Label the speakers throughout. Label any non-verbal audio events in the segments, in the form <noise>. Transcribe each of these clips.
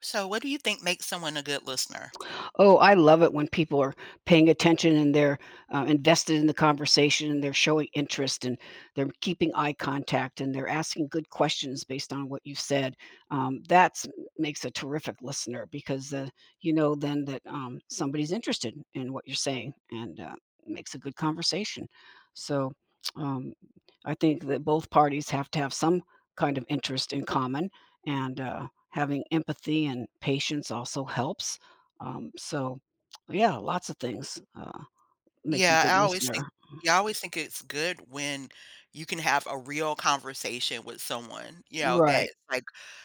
Speaker 1: So, what do you think makes someone a good listener?
Speaker 2: Oh, I love it when people are paying attention and they're invested in the conversation and they're showing interest and they're keeping eye contact and they're asking good questions based on what you've said. That's makes a terrific listener because, you know then that, somebody's interested in what you're saying and makes a good conversation. So, um, I think that both parties have to have some kind of interest in common and having empathy and patience also helps. Um, so, yeah, lots of things, make a
Speaker 1: Yeah,
Speaker 2: good
Speaker 1: I always think
Speaker 2: listener.
Speaker 1: yeah, I always think it's good when you can have a real conversation with someone, that's
Speaker 2: Right,
Speaker 1: like,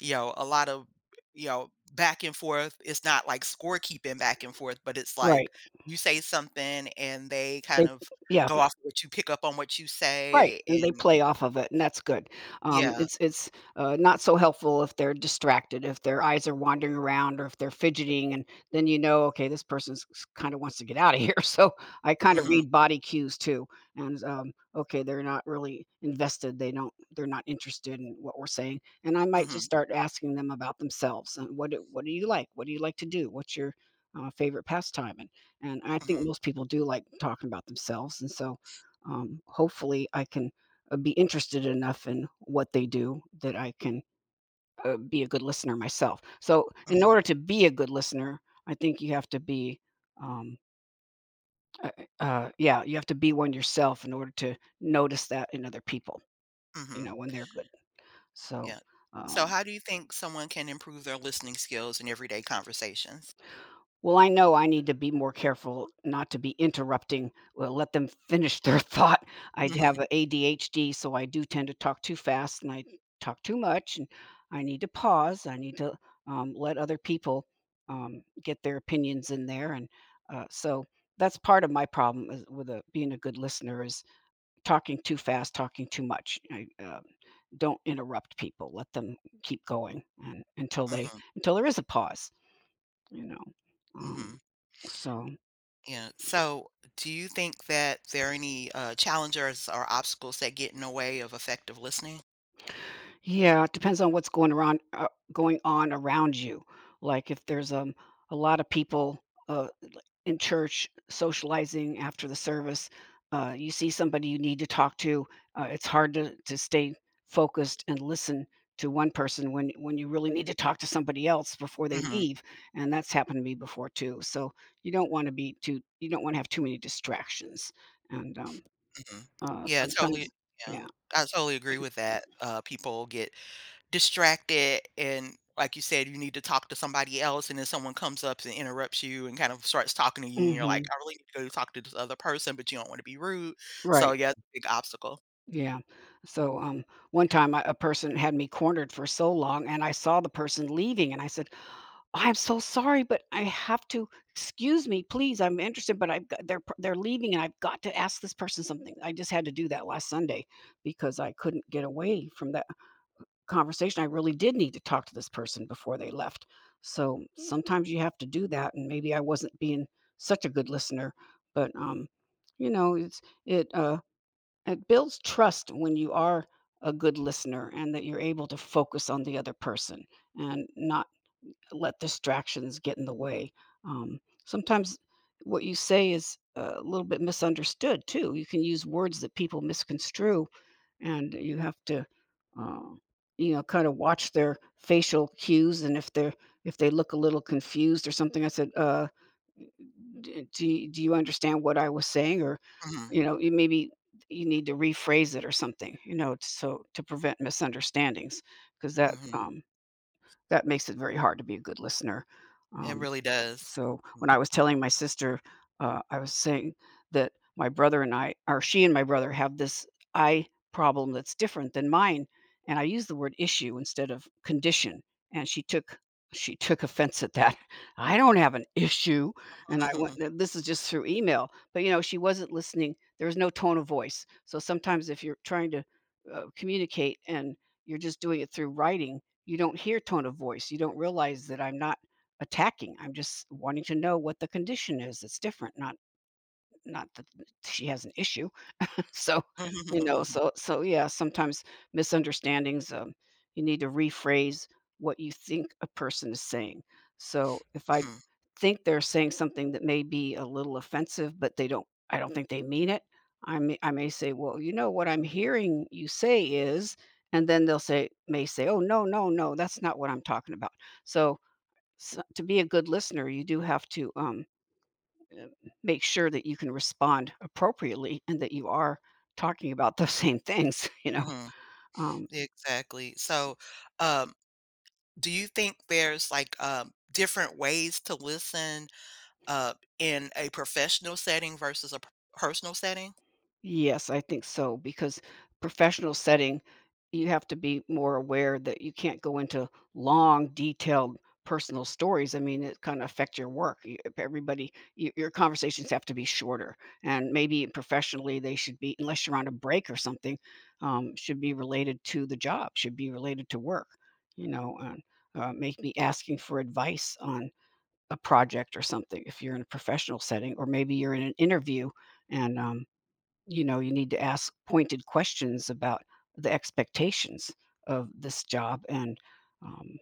Speaker 1: a lot of, back and forth. It's not like scorekeeping back and forth, but it's
Speaker 2: right.
Speaker 1: like you say something and they kind
Speaker 2: They
Speaker 1: of
Speaker 2: yeah,
Speaker 1: go off what you pick up on what you
Speaker 2: Right,
Speaker 1: say
Speaker 2: and they
Speaker 1: and
Speaker 2: play off of it, and that's good. Um,
Speaker 1: yeah.
Speaker 2: it's it's, uh, not so helpful if they're distracted, if their eyes are wandering around or if they're fidgeting, and then you know, "Okay, this person's kinda wants to get out of here," <laughs> so I kinda
Speaker 1: Mhm.
Speaker 2: read body cues too, and, okay, they're not really invested, they're not interested in what we're saying, and I might just
Speaker 1: Mhm.
Speaker 2: start asking them about themselves, and what do you like? What do you like to do? What's your, favorite pastime? And I think
Speaker 1: Mhm.
Speaker 2: most people do like talking about themselves, and so hopefully, I can be interested enough in what they do that I can be a good listener myself. So, in order
Speaker 1: Mhm.
Speaker 2: to be a good listener, I think you have to be, um, uh, yeah, you have to be one yourself in order to notice that in other people, you
Speaker 1: Mhm.
Speaker 2: know, when they're good. So,
Speaker 1: Yeah. So,
Speaker 2: um,
Speaker 1: how do you think someone can improve their listening skills in everyday conversations?
Speaker 2: Well, I know I need to be more careful not to be interrupting. Well, let them finish their <laughs> thought. I'd have
Speaker 1: Mhm,
Speaker 2: a ADHD, so I do tend to talk too fast and I talk too much. And I need to pause. I need to let other people get their opinions in there. And uh, so that's part of my problem is with being a good listener is talking too fast, talking too much. I don't interrupt people. Let them keep going until they
Speaker 1: mhm,
Speaker 2: until there is a pause. You know. Um,
Speaker 1: mhm.
Speaker 2: so
Speaker 1: Yeah, so do you think that there are any, challengers or obstacles that get in the way of effective listening?
Speaker 2: Yeah, it depends on what's going around going on around you. Like if there's a lot of people in church socializing after the service, you see somebody you need to talk to, it's hard to stay focused and listen to one person when you really need to talk to somebody else before they
Speaker 1: Mhm,
Speaker 2: leave, and that's happened to me before too. So you don't want to have too many distractions. And um
Speaker 1: mhm.
Speaker 2: uh
Speaker 1: Yeah, totally
Speaker 2: sometimes
Speaker 1: yeah,
Speaker 2: yeah.
Speaker 1: I totally agree with that. People get distracted and like you said, you need to talk to somebody else and then someone comes up and interrupts you and kind of starts talking to you and you're like,
Speaker 2: Mhm.
Speaker 1: I really need to go talk to this other person, but you don't want to be rude. So
Speaker 2: Right.
Speaker 1: yeah, it's a big obstacle.
Speaker 2: Yeah. So one time a person had me cornered for so long, and I saw the person leaving, and I said, "I'm so sorry, but I have to. Excuse me, please. I'm interested, but I've got, they're leaving, and I've got to ask this person something. I just had to do that last Sunday because I couldn't get away from that conversation. I really did need to talk to this person before they left. So sometimes you have to do that, and maybe I wasn't being such a good listener, but you know, it. It builds trust when you are a good listener and that you're able to focus on the other person and not let distractions get in the way. Um, Sometimes what you say is a little bit misunderstood too. You can use words that people misconstrue and you have to, uh, you know, kind of watch their facial cues, and if they look a little confused or something, I said, "D- "Do do you understand what I was saying?" Or,
Speaker 1: Hmm.
Speaker 2: you know, you maybe you need to rephrase it or something, you know, so to prevent misunderstandings, because
Speaker 1: Hmm.
Speaker 2: that makes it very hard to be a good listener.
Speaker 1: It
Speaker 2: um,
Speaker 1: really does.
Speaker 2: so,
Speaker 1: Mhm.
Speaker 2: when I was telling my sister, I was saying that my brother and I or she and my brother have this eye problem that's different than mine, and I used the word issue instead of condition, and she took offense at that. <laughs> "I don't have an issue," and I went and this is just through email, but, you know, she wasn't listening. There was no tone of voice. So, sometimes if you're trying to, communicate and you're just doing it through writing, you don't hear tone of voice. You don't realize that I'm not attacking. I'm just wanting to know what the condition is. It's different, not that she has an issue. <laughs> So,
Speaker 1: Mhm.
Speaker 2: you know,
Speaker 1: Mhm.
Speaker 2: so yeah, sometimes misunderstandings, you need to rephrase what you think a person is saying. So if I
Speaker 1: Mhm.
Speaker 2: think they're saying something that may be a little offensive, but they don't I don't think they mean it, I may say, well, you know what I'm hearing you say is, and then they'll say may say, oh no, no, no, that's not what I'm talking about. So so to be a good listener, you do have to uh, make sure that you can respond appropriately and that you are talking about <laughs> those same things, <laughs> you know.
Speaker 1: <laughs>
Speaker 2: Um,
Speaker 1: Exactly. So, um, do you think there's like different ways to listen in a professional setting versus a personal setting?
Speaker 2: Yes, I think so because professional setting, you have to be more aware that you can't go into long, detailed personal stories. I mean, it kind of affect your work. You- if Everybody, your conversations have to be shorter, and maybe professionally they should be, unless you're on a break or something, should be related to the job, should be related to work. You know, and make me asking for advice on a project or something if you're in a professional setting, or maybe you're in an interview and you know, you need to ask pointed questions about the expectations of this job and, um,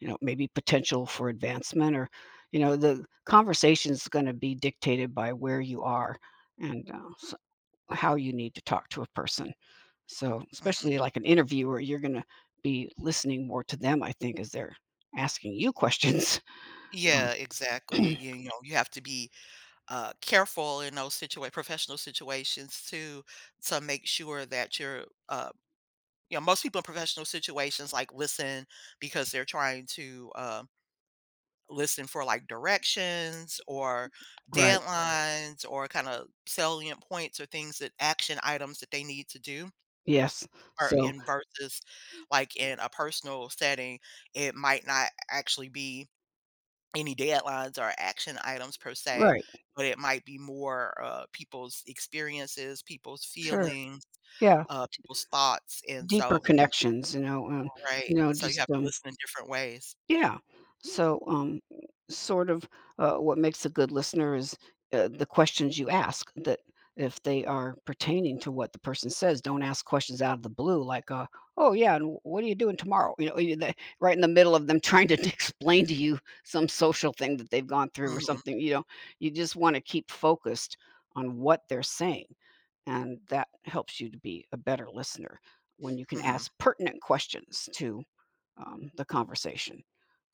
Speaker 2: you know, maybe potential for advancement or, you know, the conversation is going to be dictated by where you are and s how you need to talk to a person. So,
Speaker 1: Mhm.
Speaker 2: especially like an interviewer, you're going to be listening more to them, I think, as they're asking you questions.
Speaker 1: Yeah,
Speaker 2: Mm.
Speaker 1: exactly.
Speaker 2: <clears throat>
Speaker 1: You know, you have to be careful in those professional situations too, to make sure that you're you know, most people in professional situations like listen because they're trying to listen for like directions or
Speaker 2: Right,
Speaker 1: deadlines or kind of salient points or things that action items that they need to do.
Speaker 2: yes.
Speaker 1: Or
Speaker 2: So
Speaker 1: in versus like in a personal setting, it might not actually be any deadlines or action items per se,
Speaker 2: right,
Speaker 1: but it might be more people's experiences, people's
Speaker 2: sure,
Speaker 1: feelings,
Speaker 2: yeah,
Speaker 1: people's thoughts. And
Speaker 2: deeper
Speaker 1: so, you
Speaker 2: connections,
Speaker 1: Right,
Speaker 2: you know,
Speaker 1: so you have to listen in different ways.
Speaker 2: Yeah. So, sort of, what makes a good listener is, the questions you ask that if they are pertaining to what the person says, don't ask questions out of the blue like, "Oh, yeah, and what are you doing tomorrow?" You know, you that right in the middle of them trying to <laughs> explain to you some social thing that they've gone through or
Speaker 1: Mhm,
Speaker 2: something, you know? You just wanna keep focused on what they're saying, and that helps you to be a better listener when you can
Speaker 1: mhm,
Speaker 2: ask pertinent questions to, the conversation.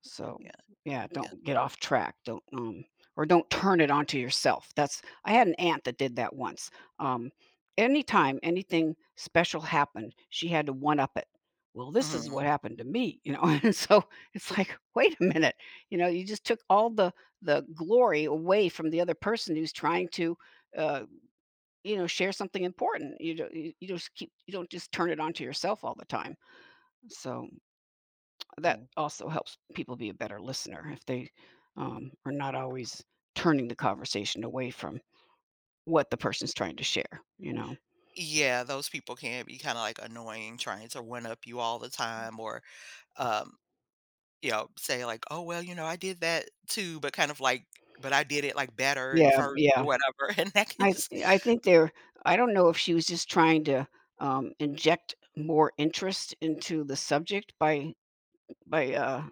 Speaker 2: So,
Speaker 1: yeah,
Speaker 2: yeah,
Speaker 1: yeah,
Speaker 2: don't get off track. Don't Or don't turn it onto yourself. That's I had an aunt that did that once. Um Anytime anything special happened, she had to one up it. Well, this is
Speaker 1: mhm.
Speaker 2: what happened to me, you know. <laughs> And so it's like, wait a minute. You know, you just took all the glory away from the other person who's trying to uh, you know, share something important. You just keep you don't just turn it onto yourself all the time. So that
Speaker 1: Mhm.
Speaker 2: also helps people be a better listener if they are not always turning the conversation away from what the person's trying to share, you know.
Speaker 1: Yeah, those people can be kinda, like, annoying, trying to one up you all the time or, um, you know, say, like, "Oh, well, you know, I did that too," but kind of like, "But I did it, like, better and
Speaker 2: Yeah,
Speaker 1: first
Speaker 2: yeah,
Speaker 1: or whatever," <laughs> and that can
Speaker 2: i
Speaker 1: just
Speaker 2: th- i think they're, I don't know if she was just trying to inject more interest into the subject by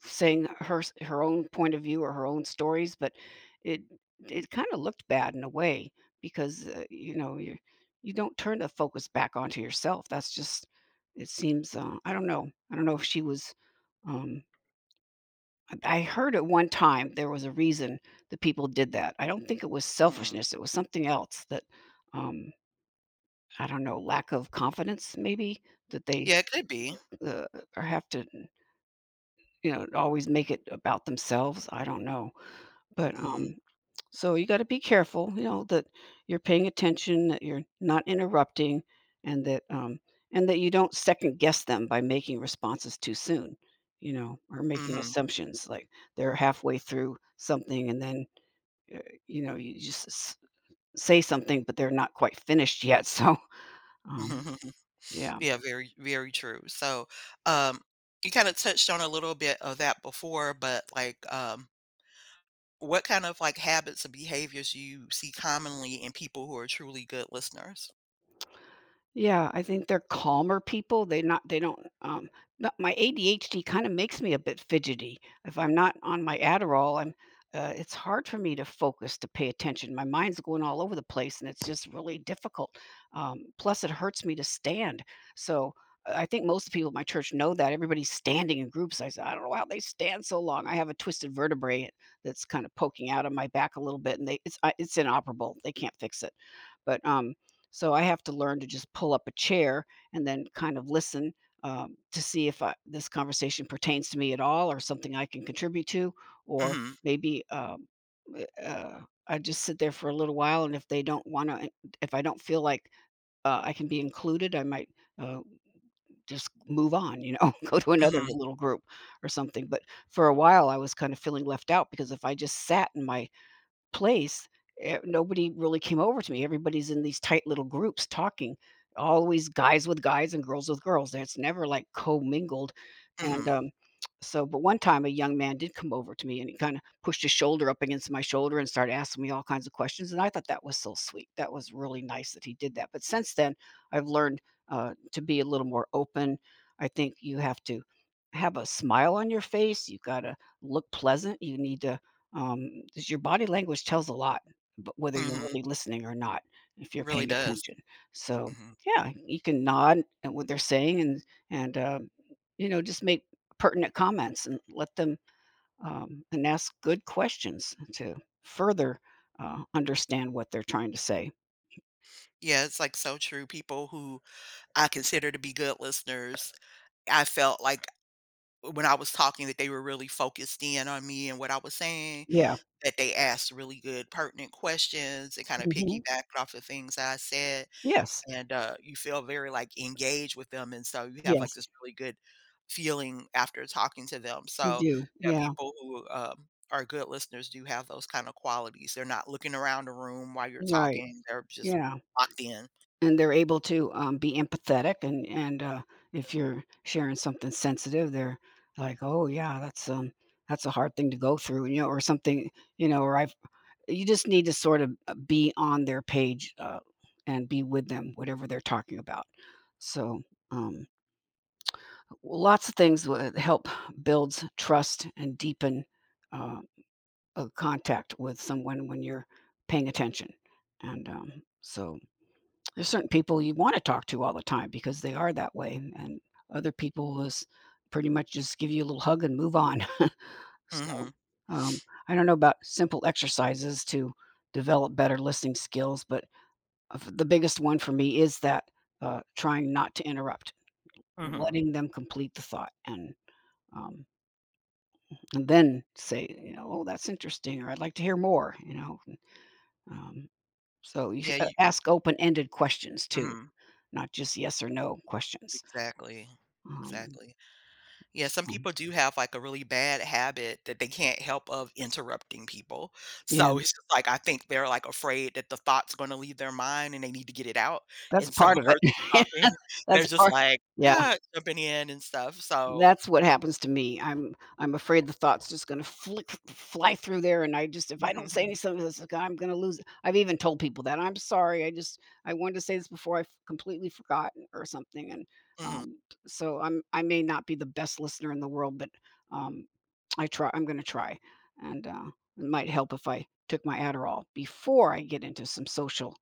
Speaker 2: saying her own point of view or her own stories, but it it kinda looked bad in a way because, you know, you don't turn the focus back onto yourself. That's just it seems, I don't know. I don't know if she was, um I heard at one time there was a reason the people did that. I don't think it was
Speaker 1: Mm,
Speaker 2: selfishness, it was something else that, um, I don't know, lack of confidence maybe that they,
Speaker 1: yeah, it could be.
Speaker 2: uh, or have to, you know, always make it about themselves. I don't know, but,
Speaker 1: Mhm,
Speaker 2: so you got to be careful, you know, that you're paying attention, that you're not interrupting, and that um, and that you don't second guess them by making responses too soon, you know, or making
Speaker 1: mhm,
Speaker 2: assumptions like they're halfway through something and then uh, you know say something, but they're not quite finished yet. <laughs> So um, yeah.
Speaker 1: yeah, very, very true, so, um, you kinda touched on a little bit of that before, but, like, um, what kind of, like, habits or behaviors do you see commonly in people who are truly good listeners?
Speaker 2: Yeah, I think they're calmer people. They don't but my ADHD kind of makes me a bit fidgety. If I'm not on my Adderall, I'm it's hard for me to focus to pay attention. My mind's going all over the place and it's just really difficult. Plus it hurts me to stand. So I think most people at my church know that everybody's standing in groups. I said, I don't know how they stand so long. I have a twisted vertebrae that's kind of poking out of my back a little bit, and it's inoperable. They can't fix it. But so I have to learn to just pull up a chair and then kind of listen, to see if I, this conversation pertains to me at all or something I can contribute to, or
Speaker 1: Mhm,
Speaker 2: maybe uh, uh, I just sit there for a little while. And if they don't want to, if I don't feel like I can be included, I might uh, just move on, you know, <laughs> go to another
Speaker 1: mhm,
Speaker 2: little group or something. But for a while, I was kind of feeling left out because if I just sat in my place, nobody really came over to me. Everybody's in these tight little groups talking, always guys with guys and girls with girls. It's never like commingled. And
Speaker 1: mhm,
Speaker 2: um, but one time a young man did come over to me and he kind of pushed his shoulder up against my shoulder and started asking me all kinds of questions. And I thought that was so sweet. That was really nice that he did that. But since then, I've learned to be a little more open. I think you have to have a smile on your face. You got to look pleasant. You need to 'Cause your body language tells a lot, but whether you're
Speaker 1: mhm.
Speaker 2: really listening or not, if
Speaker 1: It
Speaker 2: you're
Speaker 1: really
Speaker 2: paying
Speaker 1: does.
Speaker 2: attention. So,
Speaker 1: Mhm.
Speaker 2: yeah, you can nod at what they're saying and you know, just make pertinent comments and let them, and ask good questions to further, understand what they're trying to say.
Speaker 1: Yeah, it's, like, so true. People who I consider to be good listeners, I felt like when I was talking that they were really focused in on me and what I was saying,
Speaker 2: Yeah.
Speaker 1: that they asked really good pertinent questions and kinda
Speaker 2: Mhm.
Speaker 1: piggybacked off the things that I said.
Speaker 2: Yes.
Speaker 1: And, you feel very, like, engaged with them, and so you have, like,
Speaker 2: Yes.
Speaker 1: this really good feeling after talking to them,
Speaker 2: You
Speaker 1: so,
Speaker 2: do.
Speaker 1: yeah,
Speaker 2: Yeah.
Speaker 1: people who, are good listeners do have those kinda qualities, they're not looking around the room while you're
Speaker 2: Right.
Speaker 1: talking, they're just
Speaker 2: Yeah.
Speaker 1: locked in.
Speaker 2: And they're able to, be empathetic, and if you're sharing something sensitive, they're like, "Oh, yeah, that's a hard thing to go through," you know, or something, you know, or I've you just need to sort of, be on their page, and be with them, whatever they're talking about. So, um, well, lots of things would help builds trust and deepen, uh, a contact with someone when you're paying attention, and, so there's certain people you want to talk to all the time because they are that way, and other people is pretty much just give you a little hug and move on. <laughs> So,
Speaker 1: Mhm.
Speaker 2: um, I don't know about simple exercises to develop better listening skills, but of the biggest one for me is that trying not to interrupt,
Speaker 1: Mhm.
Speaker 2: letting them complete the thought, um, and then say, you know, oh, that's interesting, or I'd like to hear more. Um, so you s-
Speaker 1: Yeah,
Speaker 2: uh,
Speaker 1: you
Speaker 2: ask open-ended questions too,
Speaker 1: Mhm.
Speaker 2: not just yes or no questions.
Speaker 1: Exactly.
Speaker 2: Um,
Speaker 1: Exactly. Yeah, some
Speaker 2: So,
Speaker 1: people do have, like, a really bad habit that they can't help of interrupting people.
Speaker 2: yeah,
Speaker 1: So, it's just like, I think they're, like, afraid that the thought's gonna leave their mind and they need to get it out,
Speaker 2: that's
Speaker 1: and so <laughs>
Speaker 2: part
Speaker 1: a
Speaker 2: of
Speaker 1: person's
Speaker 2: it.
Speaker 1: talking, <laughs>
Speaker 2: <laughs>
Speaker 1: and they're
Speaker 2: That's
Speaker 1: just
Speaker 2: part
Speaker 1: like,
Speaker 2: Yeah,
Speaker 1: "Ah," jumping in and stuff, so
Speaker 2: that's what happens to me. I'm afraid the thought's just gonna flick fly through there, and I just if I don't say
Speaker 1: <laughs>
Speaker 2: anything, this it's like, I'm gonna lose it. I've even told people that, "I'm sorry, I wanted to say this before I f completely forgot," or something, and,
Speaker 1: Mhm, mhm,
Speaker 2: um, so I'm I may not be the best listener in the world, but, um, I'm gonna try, and, it might help if I took my Adderall before I get into some social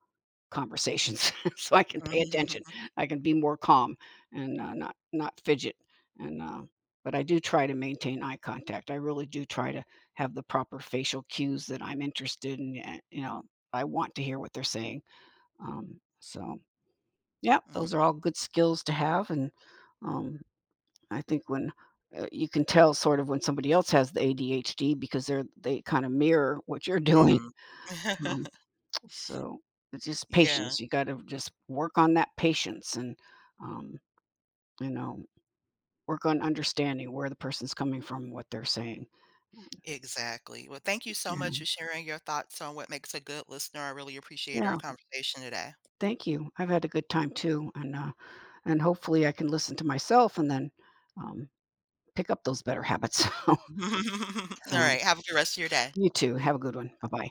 Speaker 2: Conversations, <laughs> so I can pay attention.
Speaker 1: mhm,
Speaker 2: I can be more calm and, not fidget, and, uh but I do try to maintain eye contact. I really do try to have the proper facial cues that I'm interested in, and, you know, I want to hear what they're saying. Um, so, yeah,
Speaker 1: mhm.
Speaker 2: those are all good skills to have, and, um, I think when, you can tell sort of when somebody else has the ADHD because they kinda mirror what you're <laughs> doing. Um
Speaker 1: <laughs>
Speaker 2: so it's just
Speaker 1: Yeah,
Speaker 2: patience. You got to just work on that patience and, um, you know, work on understanding where the person's coming from, what they're saying. Um,
Speaker 1: exactly. Well, thank you so
Speaker 2: Yeah.
Speaker 1: much for sharing your thoughts on what makes a good listener, I really appreciate our
Speaker 2: Yeah.
Speaker 1: conversation today.
Speaker 2: Thank you. I've had a good time too. And hopefully I can listen to myself and then um, pick up those better habits. <laughs>
Speaker 1: <laughs>
Speaker 2: So
Speaker 1: Alright, have a good rest of your day.
Speaker 2: you too. Have a good one. Bye bye.